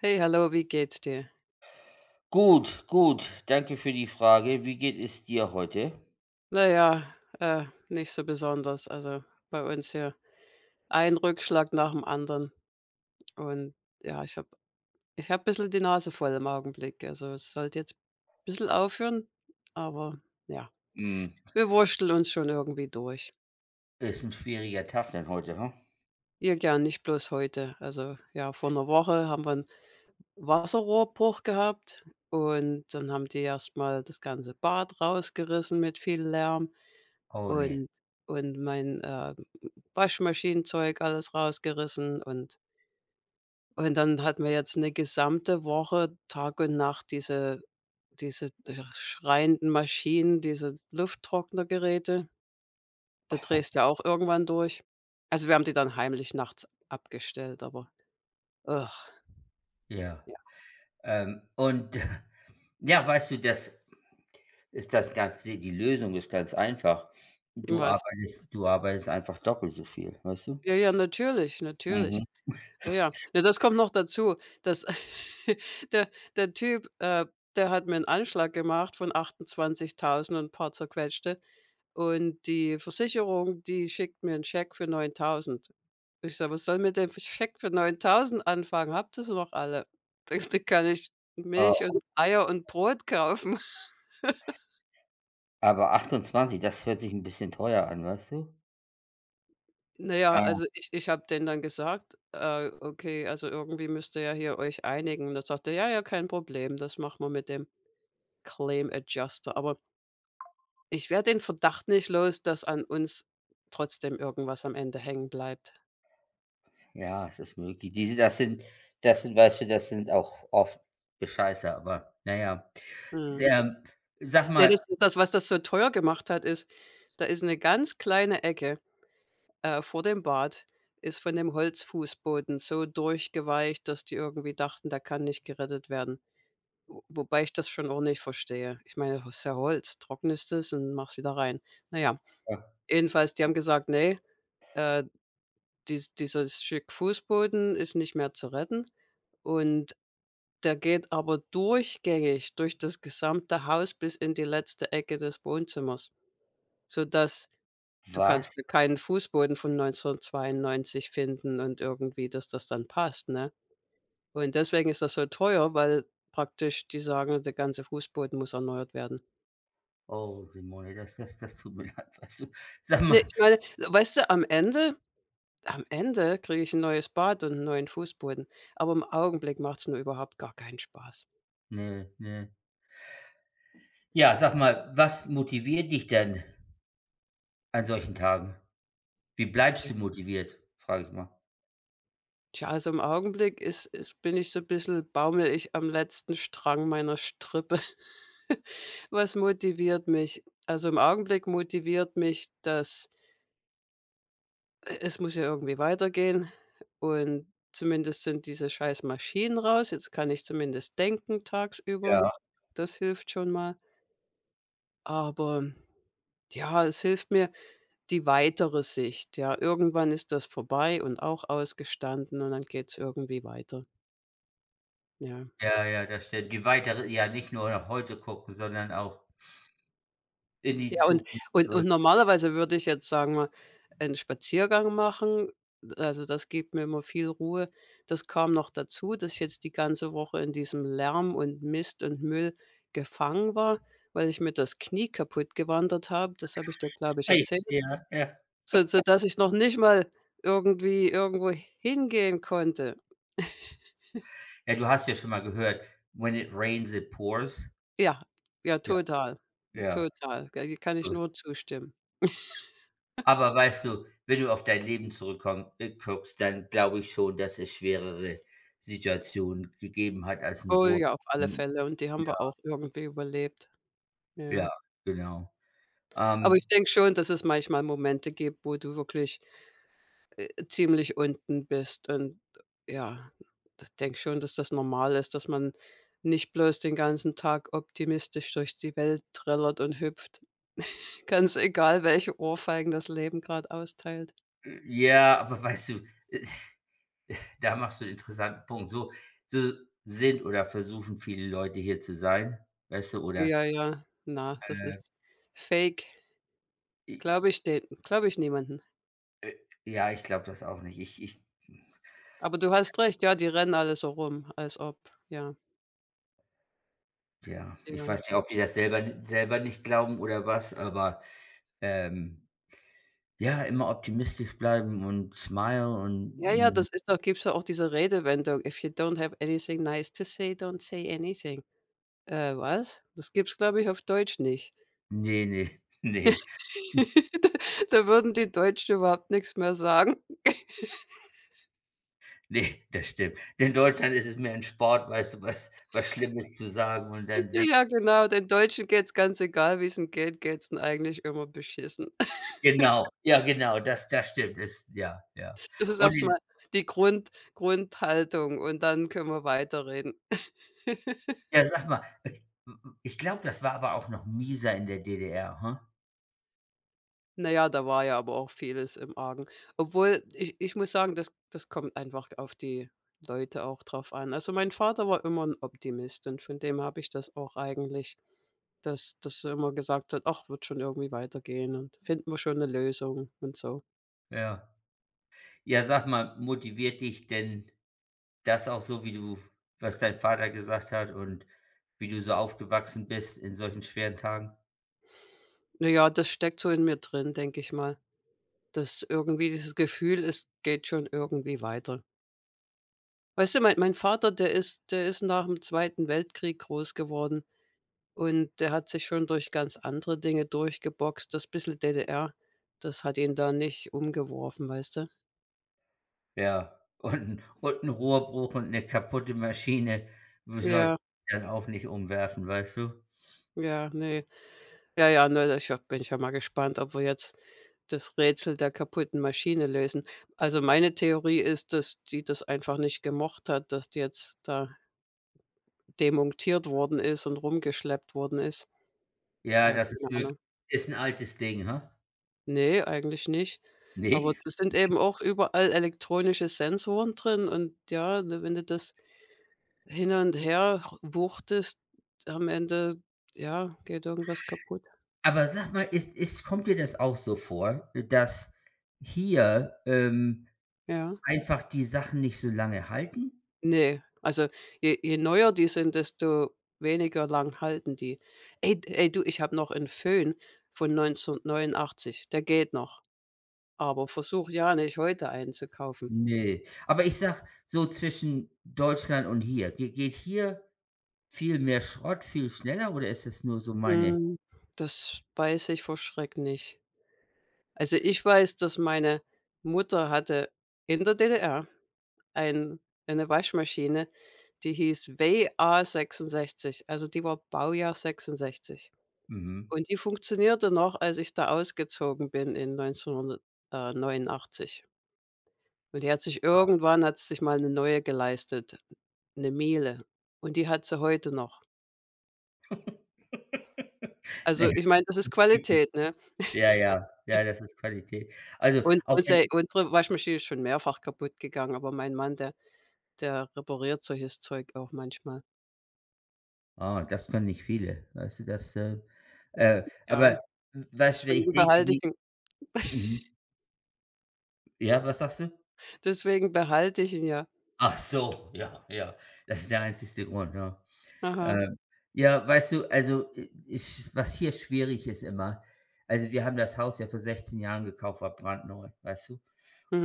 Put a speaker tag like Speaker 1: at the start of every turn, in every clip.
Speaker 1: Hey, hallo, wie geht's dir?
Speaker 2: Gut, gut. Danke für die Frage. Wie geht es dir heute?
Speaker 1: Naja, nicht so besonders. Also, bei uns hier ein Rückschlag nach dem anderen und ja, ich habe bissel die Nase voll im Augenblick. Also, es sollte jetzt bissel aufhören, aber ja,
Speaker 2: Hm.
Speaker 1: wir wursteln uns schon irgendwie durch.
Speaker 2: Ist ein schwieriger Tag dann heute, ha?
Speaker 1: Ir Ja, nicht bloß heute. Also, ja, vor einer Woche haben wir einen Wasserrohrbruch gehabt, und dann haben die erstmal das ganze Bad rausgerissen mit viel Lärm.
Speaker 2: Oh nee.
Speaker 1: und und mein, Waschmaschinenzeug alles rausgerissen und dann hatten wir jetzt eine gesamte Woche Tag und Nacht diese schreienden Maschinen, diese Lufttrocknergeräte. Da drehst du ja auch irgendwann durch. Also, wir haben die dann heimlich nachts abgestellt, aber, ugh,
Speaker 2: Ja.
Speaker 1: ja,
Speaker 2: Und ja, weißt du, das ist das ganz die Lösung ist ganz einfach. Du
Speaker 1: war
Speaker 2: arbeitest du arbeitest einfach doppelt so viel, weißt du?
Speaker 1: ja, ja, natürlich, natürlich.
Speaker 2: Mhm.
Speaker 1: Ja, ja. Ne, das kommt noch dazu, dass der der Typ, der hat mir einen Anschlag gemacht von 28.000 und 'n paar zerquetschte, und die Versicherung, die schickt mir einen Scheck für 9.000. Ich sage: „Was soll mit dem Scheck für 9.000 anfangen? Habt ihr sie noch alle?“ Da kann ich
Speaker 2: Äh,
Speaker 1: Milch und Eier und Brot kaufen.
Speaker 2: aber 28, das hört sich ein bisschen teuer an, weißt du?
Speaker 1: Na ja,
Speaker 2: Ah,
Speaker 1: also ich habe denen dann gesagt: okay, also irgendwie müsst ihr ja hier euch einigen.“ Und dann sagte er: „Ja, ja, kein Problem, das machen wir mit dem Claim Adjuster.“ Aber ich werde den Verdacht nicht los, dass an uns trotzdem irgendwas am Ende hängen bleibt.
Speaker 2: ja, es ist möglich. Diese Das sind, weißt du, das sind auch oft Bescheißer, aber naja,
Speaker 1: Mhm.
Speaker 2: ja. Sag
Speaker 1: Ne,
Speaker 2: mal.
Speaker 1: das, was das so teuer gemacht hat, ist, da ist eine ganz kleine Ecke, vor dem Bad ist von dem Holzfußboden so durchgeweicht, dass die irgendwie dachten, da kann nicht gerettet werden. Wo wobei ich das schon auch nicht verstehe. Ich meine, das ist ja Holz, trocknest es und machst wieder rein. Na ja,
Speaker 2: Ja.
Speaker 1: jedenfalls, die haben gesagt: „Nee, äh, dieses Stück Fußboden ist nicht mehr zu retten.“ Und der geht aber durchgängig durch das gesamte Haus bis in die letzte Ecke des Wohnzimmers, sodass du
Speaker 2: Was?
Speaker 1: kannst ja keinen Fußboden von 1992 finden und irgendwie, dass das dann passt, ne? Und deswegen ist das so teuer, weil praktisch die sagen, der ganze Fußboden muss erneuert werden.
Speaker 2: Oh, Simone, das tut mir leid, weißt du? Sag
Speaker 1: Ne,
Speaker 2: mal.
Speaker 1: ich meine, weißt du, am Ende kriege ich 'n neues Bad und 'n neuen Fußboden, aber im Augenblick macht's nur überhaupt gar keinen Spaß.
Speaker 2: Ne, ne. Ja, sag mal, was motiviert dich denn an solchen Tagen? Wie bleibst
Speaker 1: Tja,
Speaker 2: du motiviert, frage ich mal?
Speaker 1: tja, also im Augenblick ist ist bin ich so bissel, baumele ich am letzten Strang meiner Strippe. Was motiviert mich? Also, im Augenblick motiviert mich, dass e es muss ja irgendwie weitergehen, und zumindest sind diese scheiß Maschinen raus. Jetzt kann ich zumindest denken tagsüber.
Speaker 2: Ja.
Speaker 1: Das hilft schon mal. Aber ja, es hilft mir die weitere Sicht. Ja, irgendwann ist das vorbei und auch ausgestanden, und dann geht es irgendwie weiter. Ja.
Speaker 2: Ja, ja, das stimmt. Die weitere Ja, nicht nur nach heute gucken, sondern auch in die
Speaker 1: Ja, und
Speaker 2: Zukunft
Speaker 1: und
Speaker 2: und.
Speaker 1: und normalerweise würde ich jetzt, sagen wir, einen Spaziergang machen. Also, das gibt mir immer viel Ruhe. Das kam noch dazu, dass ich jetzt die ganze Woche in diesem Lärm und Mist und Müll gefangen war, weil ich mir das Knie kaputt gewandert habe. Das habe ich dir, glaube ich,
Speaker 2: Ey,
Speaker 1: erzählt.
Speaker 2: ja, ja.
Speaker 1: So dass ich noch nicht mal irgendwie irgendwo hingehen konnte.
Speaker 2: Ja, du hast ja schon mal gehört: „When it rains, it pours.“
Speaker 1: Ja, ja,
Speaker 2: Ja,
Speaker 1: total,
Speaker 2: ja.
Speaker 1: total. Ja, hier kann ich nur zustimmen.
Speaker 2: Aber weißt du, wenn du auf dein Leben zurückkomm dann glaube ich schon, dass es schwerere Situationen gegeben hat als 'n
Speaker 1: Oh
Speaker 2: Rohr.
Speaker 1: ja, auf alle
Speaker 2: Mhm,
Speaker 1: Fälle, und die haben
Speaker 2: ja,
Speaker 1: wir auch irgendwie überlebt. Ja.
Speaker 2: ja, genau.
Speaker 1: Aber
Speaker 2: Ähm,
Speaker 1: ich denke schon, dass es manchmal Momente gibt, wo du wirklich ziemlich unten bist, und ja, ich denke schon, dass das normal ist, dass man nicht bloß den ganzen Tag optimistisch durch die Welt trällert und hüpft. Ganz egal, welche Ohrfeigen das Leben gerade austeilt.
Speaker 2: ja, aber weißt du, da machst du einen interessanten Punkt. So sind oder versuchen viele Leute hier zu sein, weißt du, oder,
Speaker 1: Ja, ja, na, das
Speaker 2: äh,
Speaker 1: ist Fake.
Speaker 2: i
Speaker 1: Glaube ich niemanden.
Speaker 2: ja, ich glaube das auch nicht. Ich ich
Speaker 1: Aber du hast recht, ja, die rennen alle so rum, als ob, ja,
Speaker 2: Ja, ich weiß
Speaker 1: ja.
Speaker 2: nicht, ob die das selber selber nicht glauben oder was, aber, ähm Ja, immer optimistisch bleiben und smile
Speaker 1: Ja, ja,
Speaker 2: und.
Speaker 1: das ist doch, gibt's doch auch diese Redewendung: „If you don't have anything nice to say, don't say anything.“ was? Das gibt's, glaube ich, auf Deutsch nicht.
Speaker 2: Nee, nee, nee, nee,
Speaker 1: Da würden die Deutschen überhaupt nichts mehr sagen.
Speaker 2: das stimmt. In Deutschland ist es mehr ein Sport, weißt du, was Schlimmes zu sagen und dann
Speaker 1: Ja,
Speaker 2: sich.
Speaker 1: ja, genau, den Deutschen geht's ganz egal, wie's 'n geht, geht's ihnen eigentlich immer beschissen.
Speaker 2: Genau, ja, genau, das stimmt, das, ja, ja.
Speaker 1: Das ist
Speaker 2: Und in.
Speaker 1: erstmal die Grundhaltung, und dann können wir weiterreden.
Speaker 2: Ja, sag mal, ich glaube, das war aber auch noch mieser in der DDR, hm?
Speaker 1: Na ja, da war ja aber auch vieles im Argen. Obwohl, ich muss sagen, das kommt einfach auf die Leute auch drauf an. Also, mein Vater war immer ein Optimist, und von dem habe ich das auch eigentlich, dass er immer gesagt hat: „Ach, wird schon irgendwie weitergehen, und finden wir schon 'ne Lösung“ und so.
Speaker 2: Ja. Ja, sag mal, motiviert dich denn das auch so, wie du was dein Vater gesagt hat und wie du so aufgewachsen bist in solchen schweren Tagen?
Speaker 1: Na ja, das steckt so in mir drin, denke ich mal, dass irgendwie dieses Gefühl, es geht schon irgendwie weiter. Weißt du, mein Vater, der ist nach dem Zweiten Weltkrieg groß geworden, und der hat sich schon durch ganz andere Dinge durchgeboxt. Das bissel DDR, das hat ihn da nicht umgeworfen, weißt du?
Speaker 2: Ja, und ein Rohrbruch und eine kaputte Maschine w sollte
Speaker 1: Ja,
Speaker 2: ich dann auch nicht umwerfen, weißt du?
Speaker 1: ja, nee, ja, ja, ne, da ich ja bin ich ja mal gespannt, ob wir jetzt das Rätsel der kaputten Maschine lösen. Also, meine Theorie ist, dass die das einfach nicht gemocht hat, dass die jetzt da demontiert worden ist und rumgeschleppt worden ist.
Speaker 2: Ja,
Speaker 1: Ja,
Speaker 2: das ist
Speaker 1: keine
Speaker 2: wirklich,
Speaker 1: Ahnung.
Speaker 2: ist ein altes Ding, ha?
Speaker 1: Ne, eigentlich nicht. Aber
Speaker 2: Nee.
Speaker 1: es sind eben auch überall elektronische Sensoren drin, und ja, ne, wenn du das hin und her wuchtest, am Ende, ja, geht irgendwas kaputt.
Speaker 2: Aber sag mal, ist kommt dir das auch so vor, dass hier,
Speaker 1: Ja.
Speaker 2: einfach die Sachen nicht so lange halten?
Speaker 1: Ne, also je neuer die sind, desto weniger lang halten die. Ey, du, ich habe noch einen Föhn von 1989, der geht noch, aber versuch ja nicht, heute einen zu kaufen.
Speaker 2: Nee, aber ich sag so zwischen Deutschland und hier, ge geht hier viel mehr Schrott viel schneller oder ist es nur so meine.
Speaker 1: Mhm, das weiß ich vor Schreck nicht. Also, ich weiß, dass meine Mutter hatte in der DDR ein eine Waschmaschine die hieß wa 66. Also, die war Baujahr 66.
Speaker 2: Mhm.
Speaker 1: Und die funktionierte noch, als ich da ausgezogen bin in 1989. Und die hat sich irgendwann, hat sich mal eine neue geleistet, eine Miele. Und die hat sie heute noch.
Speaker 2: Na
Speaker 1: Also,
Speaker 2: ja.
Speaker 1: ich meine, das ist Qualität, ne?
Speaker 2: Ja, ja, ja, das ist Qualität. Also,
Speaker 1: Und
Speaker 2: auch wenn.
Speaker 1: unsere Waschmaschine ist schon mehrfach kaputt gegangen, aber mein Mann, der repariert solches Zeug auch manchmal.
Speaker 2: Ah, das können nicht viele, weißt du, das,
Speaker 1: Ja,
Speaker 2: aber w weißt du, wenn ich
Speaker 1: deswegen
Speaker 2: denke,
Speaker 1: behalte
Speaker 2: wie.
Speaker 1: ich ihn
Speaker 2: Mhm. Ja, was sagst du?
Speaker 1: deswegen behalte ich ihn ja.
Speaker 2: Ach so, ja, ja. Das ist der einzigste Grund, ja.
Speaker 1: Aha,
Speaker 2: Ähm, ja, weißt du, also, i ich was hier schwierig ist immer, also, wir haben das Haus ja vor 16 Jahren gekauft, war brandneu, weißt du?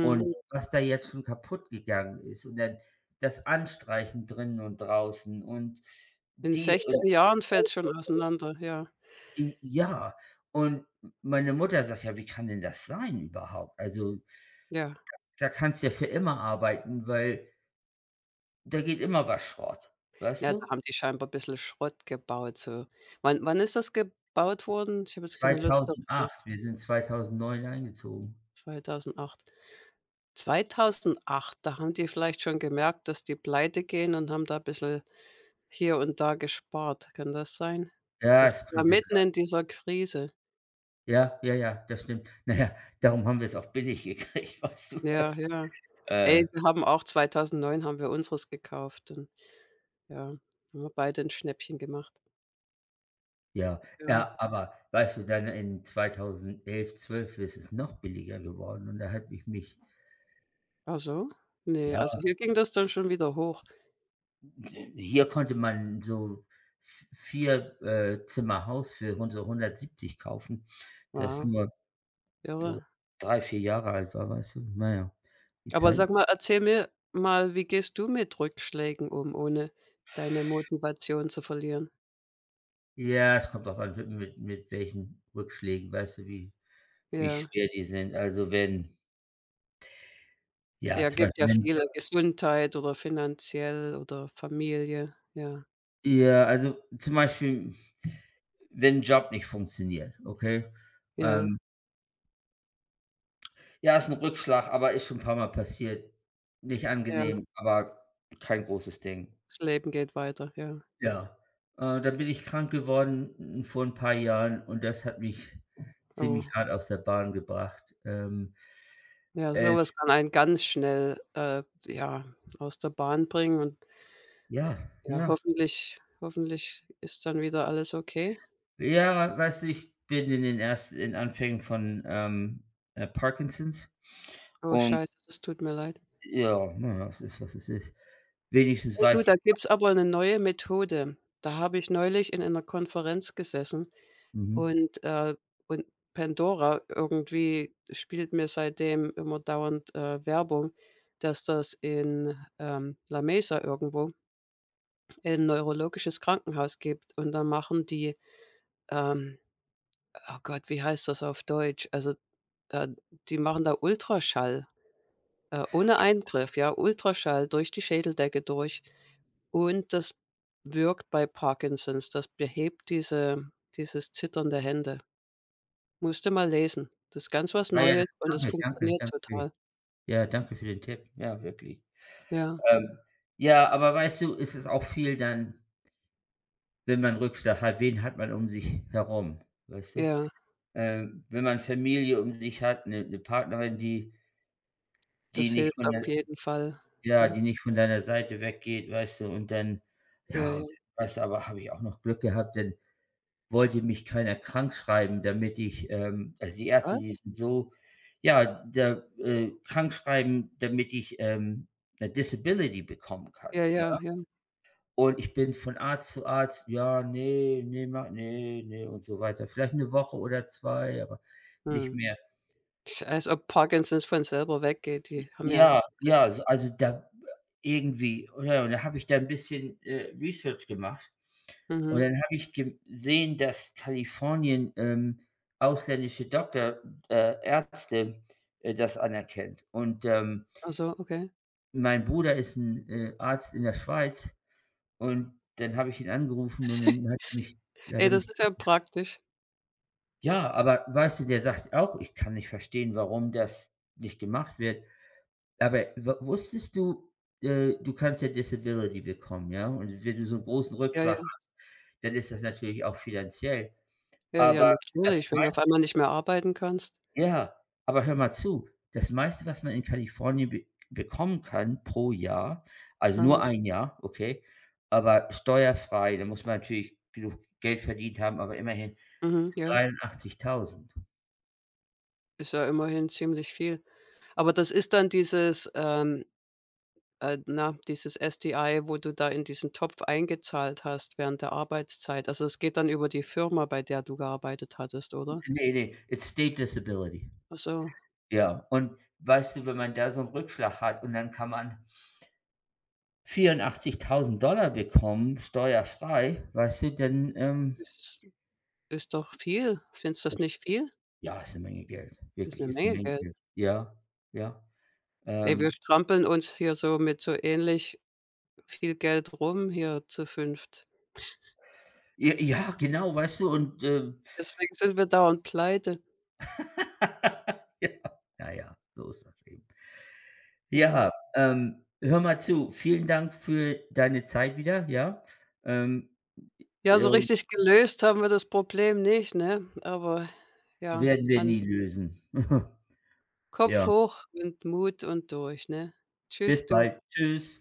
Speaker 2: Und was da jetzt schon kaputt gegangen ist und dann das Anstreichen drinnen und draußen und
Speaker 1: In
Speaker 2: dies
Speaker 1: 16 Jahren fällt's schon auseinander, ja,
Speaker 2: J Ja, und meine Mutter sagt: „Ja, wie kann denn das sein überhaupt? Also,
Speaker 1: ja.
Speaker 2: da kannst du ja für immer arbeiten, weil da geht immer was Schrott“, weißt
Speaker 1: Ja, da
Speaker 2: du?
Speaker 1: haben die scheinbar bissel Schrott gebaut, so. Wann ist das gebaut worden? Ich habe jetzt keine Lust auf ne,
Speaker 2: 2008, wir sind 2009 eingezogen.
Speaker 1: 2008. 2008, da haben die vielleicht schon gemerkt, dass die pleite gehen, und haben da bissel hier und da gespart. Kann das sein?
Speaker 2: Ja,
Speaker 1: Das
Speaker 2: es
Speaker 1: war ja
Speaker 2: könnte
Speaker 1: mitten
Speaker 2: sein.
Speaker 1: in dieser Krise.
Speaker 2: Ja, ja, ja, das stimmt. Na ja, darum haben wir's auch billig gekriegt, weißt du
Speaker 1: Ja,
Speaker 2: was?
Speaker 1: ja. Ey,
Speaker 2: Äh,
Speaker 1: wir haben auch 2009 haben wir unseres gekauft, und ja, haben wir beide 'n Schnäppchen gemacht.
Speaker 2: ja,
Speaker 1: Ja.
Speaker 2: ja, aber weißt du, dann in 2011, 12 ist es noch billiger geworden und da habe ich mich.
Speaker 1: Ach so? Ne,
Speaker 2: Ja.
Speaker 1: also hier ging das dann schon wieder hoch.
Speaker 2: Hier konnte man so v vier, Zimmer Haus für hund so 170 kaufen, das
Speaker 1: Wow,
Speaker 2: nur so
Speaker 1: irre.
Speaker 2: 3, 4 Jahre alt war, weißt du? Naja, die
Speaker 1: Aber
Speaker 2: Zeiten
Speaker 1: sag
Speaker 2: sind.
Speaker 1: mal, erzähl mir mal, wie gehst du mit Rückschlägen um, ohne deine Motivation zu verlieren?
Speaker 2: Ja, es kommt auch an, mit welchen Rückschlägen, weißt du, wie
Speaker 1: Ja.
Speaker 2: schwer die sind. Also, wenn, ja,
Speaker 1: Ja,
Speaker 2: zum
Speaker 1: gibt
Speaker 2: Beispiel,
Speaker 1: ja
Speaker 2: wenn,
Speaker 1: viele, Gesundheit oder finanziell oder Familie. Ja,
Speaker 2: ja, also, zum Beispiel, wenn ein Job nicht funktioniert, okay?
Speaker 1: ja,
Speaker 2: Ähm, ja, ist ein Rückschlag, aber ist schon ein paar Mal passiert. Nicht
Speaker 1: ja.
Speaker 2: angenehm, aber kein großes Ding.
Speaker 1: Das Leben geht weiter, ja.
Speaker 2: Ja, da bin ich krank geworden, vor ein paar Jahren und das hat mich ziemlich
Speaker 1: Oh.
Speaker 2: hart aus der Bahn gebracht.
Speaker 1: Ja, sowas
Speaker 2: Es
Speaker 1: kann einen ganz schnell, ja, aus der Bahn bringen, und
Speaker 2: Ja,
Speaker 1: ja,
Speaker 2: ja.
Speaker 1: hoffentlich ist dann wieder alles okay.
Speaker 2: Ja, weißt du, ich bin in den ersten in Anfängen von, Parkinsons,
Speaker 1: Oh,
Speaker 2: und
Speaker 1: scheiße, das tut mir leid.
Speaker 2: ja, na ja, ist, was es ist. Wenigstens
Speaker 1: Hey du,
Speaker 2: weiß
Speaker 1: da
Speaker 2: ich.
Speaker 1: gibt's aber 'ne neue Methode. Da habe ich neulich in einer Konferenz gesessen
Speaker 2: Mhm.
Speaker 1: und, äh und Pandora irgendwie spielt mir seitdem immer dauernd, Werbung, dass das in, La Mesa irgendwo 'n neurologisches Krankenhaus gibt, und da machen die, ähm oh Gott, wie heißt das auf Deutsch? Also, da, die machen da Ultraschall, ohne Eingriff, ja, Ultraschall durch die Schädeldecke durch. Und das wirkt bei Parkinsons, das behebt dieses Zittern der Hände. Musste mal lesen. Das ist ganz was
Speaker 2: Ja, ja,
Speaker 1: Neues,
Speaker 2: das
Speaker 1: und es
Speaker 2: danke, danke,
Speaker 1: funktioniert
Speaker 2: danke.
Speaker 1: total.
Speaker 2: Ja, danke für den Tipp. Ja, wirklich.
Speaker 1: Ja,
Speaker 2: Ähm, ja, aber weißt du, es ist auch viel dann, wenn man Rückschlag hat, wen hat man um sich herum, weißt du?
Speaker 1: ja,
Speaker 2: Wenn man Familie um sich hat, eine 'ne 'ne Partnerin, die
Speaker 1: das
Speaker 2: nicht
Speaker 1: hilft
Speaker 2: von
Speaker 1: auf
Speaker 2: der.
Speaker 1: jeden Fall.
Speaker 2: Ja,
Speaker 1: Ja,
Speaker 2: die nicht von deiner Seite weggeht, weißt du, und dann.
Speaker 1: ja,
Speaker 2: Ja,
Speaker 1: ja.
Speaker 2: und dann weißt du, aber habe ich auch noch Glück gehabt, denn wollte mich keiner krankschreiben, damit ich, also die Ärzte,
Speaker 1: Was?
Speaker 2: die sind so. Ja, da krankschreiben, damit ich, 'ne Disability bekommen kann,
Speaker 1: Ja,
Speaker 2: ja?
Speaker 1: ja, ja.
Speaker 2: Und ich bin von Arzt zu Arzt: „Ja, ne, ne, ma ne, ne“, und so weiter. Vielleicht eine Woche oder zwei, aber nicht
Speaker 1: Mhm.
Speaker 2: mehr.
Speaker 1: Als ob Parkinsons von selber weggeht, die haben ja 'n
Speaker 2: Ja, ja, so also da irgendwie, und ja, und da habe ich da ein bisschen, Research gemacht und
Speaker 1: mhm,
Speaker 2: dann habe ich gesehen, dass Kalifornien, ausländische Doktor Ärzte, das anerkennt. Und,
Speaker 1: ach so, okay.
Speaker 2: mein Bruder ist ein Arzt in der Schweiz, und dann habe ich ihn angerufen und dann hat er mich hat
Speaker 1: Ey,
Speaker 2: er
Speaker 1: das
Speaker 2: mich
Speaker 1: ist ja praktisch.
Speaker 2: Ja, aber weißt du, der sagt auch: „Ich kann nicht verstehen, warum das nicht gemacht wird.“ Aber w wusstest du, du kannst ja Disability bekommen, ja? Und wenn du so einen großen
Speaker 1: Ja,
Speaker 2: Rückschlag
Speaker 1: ja,
Speaker 2: hast, dann ist das natürlich auch finanziell.
Speaker 1: ja, ja,
Speaker 2: Aber das
Speaker 1: natürlich, wenn du auf
Speaker 2: meiste
Speaker 1: einmal nicht mehr arbeiten kannst.
Speaker 2: Ja, aber hör mal zu, das meiste, was man in Kalifornien be bekommen kann pro Jahr, also
Speaker 1: Aha,
Speaker 2: nur ein Jahr, okay, aber steuerfrei, da muss man natürlich genug Geld verdient haben, aber immerhin
Speaker 1: mhm,
Speaker 2: sind
Speaker 1: ja,
Speaker 2: 83.000.
Speaker 1: ist ja immerhin ziemlich viel. Aber das ist dann dieses, na, dieses SDI, wo du da in diesen Topf eingezahlt hast während der Arbeitszeit. Also, es geht dann über die Firma, bei der du gearbeitet hattest, oder?
Speaker 2: Ne, ne, it's state disability.
Speaker 1: Also
Speaker 2: Ja, und weißt du, wenn man da so 'n Rückschlag hat und dann kann man 84.000 bekommen, steuerfrei, weißt du, dann.
Speaker 1: ist ist doch viel. Findest du das
Speaker 2: Ist
Speaker 1: nicht viel?
Speaker 2: Ja, ist 'ne Menge Geld.
Speaker 1: Ist
Speaker 2: Wirklich,
Speaker 1: eine
Speaker 2: ist 'ne
Speaker 1: Menge
Speaker 2: Menge
Speaker 1: Geld.
Speaker 2: Geld. Ja, ja.
Speaker 1: Ey, wir
Speaker 2: Ähm,
Speaker 1: strampeln uns hier so mit so ähnlich viel Geld rum hier zu fünft.
Speaker 2: j Ja, genau, weißt du, und.
Speaker 1: Deswegen sind wir dauernd pleite.
Speaker 2: Ja, na ja, so ist das eben.
Speaker 1: Ja.
Speaker 2: Ja, hör mal zu, vielen Dank für deine Zeit wieder, ja? Ähm,
Speaker 1: Ja,
Speaker 2: äh,
Speaker 1: so richtig gelöst haben wir das Problem nicht, ne? Aber ja,
Speaker 2: Werden wir
Speaker 1: man
Speaker 2: nie lösen.
Speaker 1: Kopf
Speaker 2: Ja.
Speaker 1: hoch und Mut und durch, ne? Tschüss,
Speaker 2: Bis
Speaker 1: du.
Speaker 2: bald. Tschüss.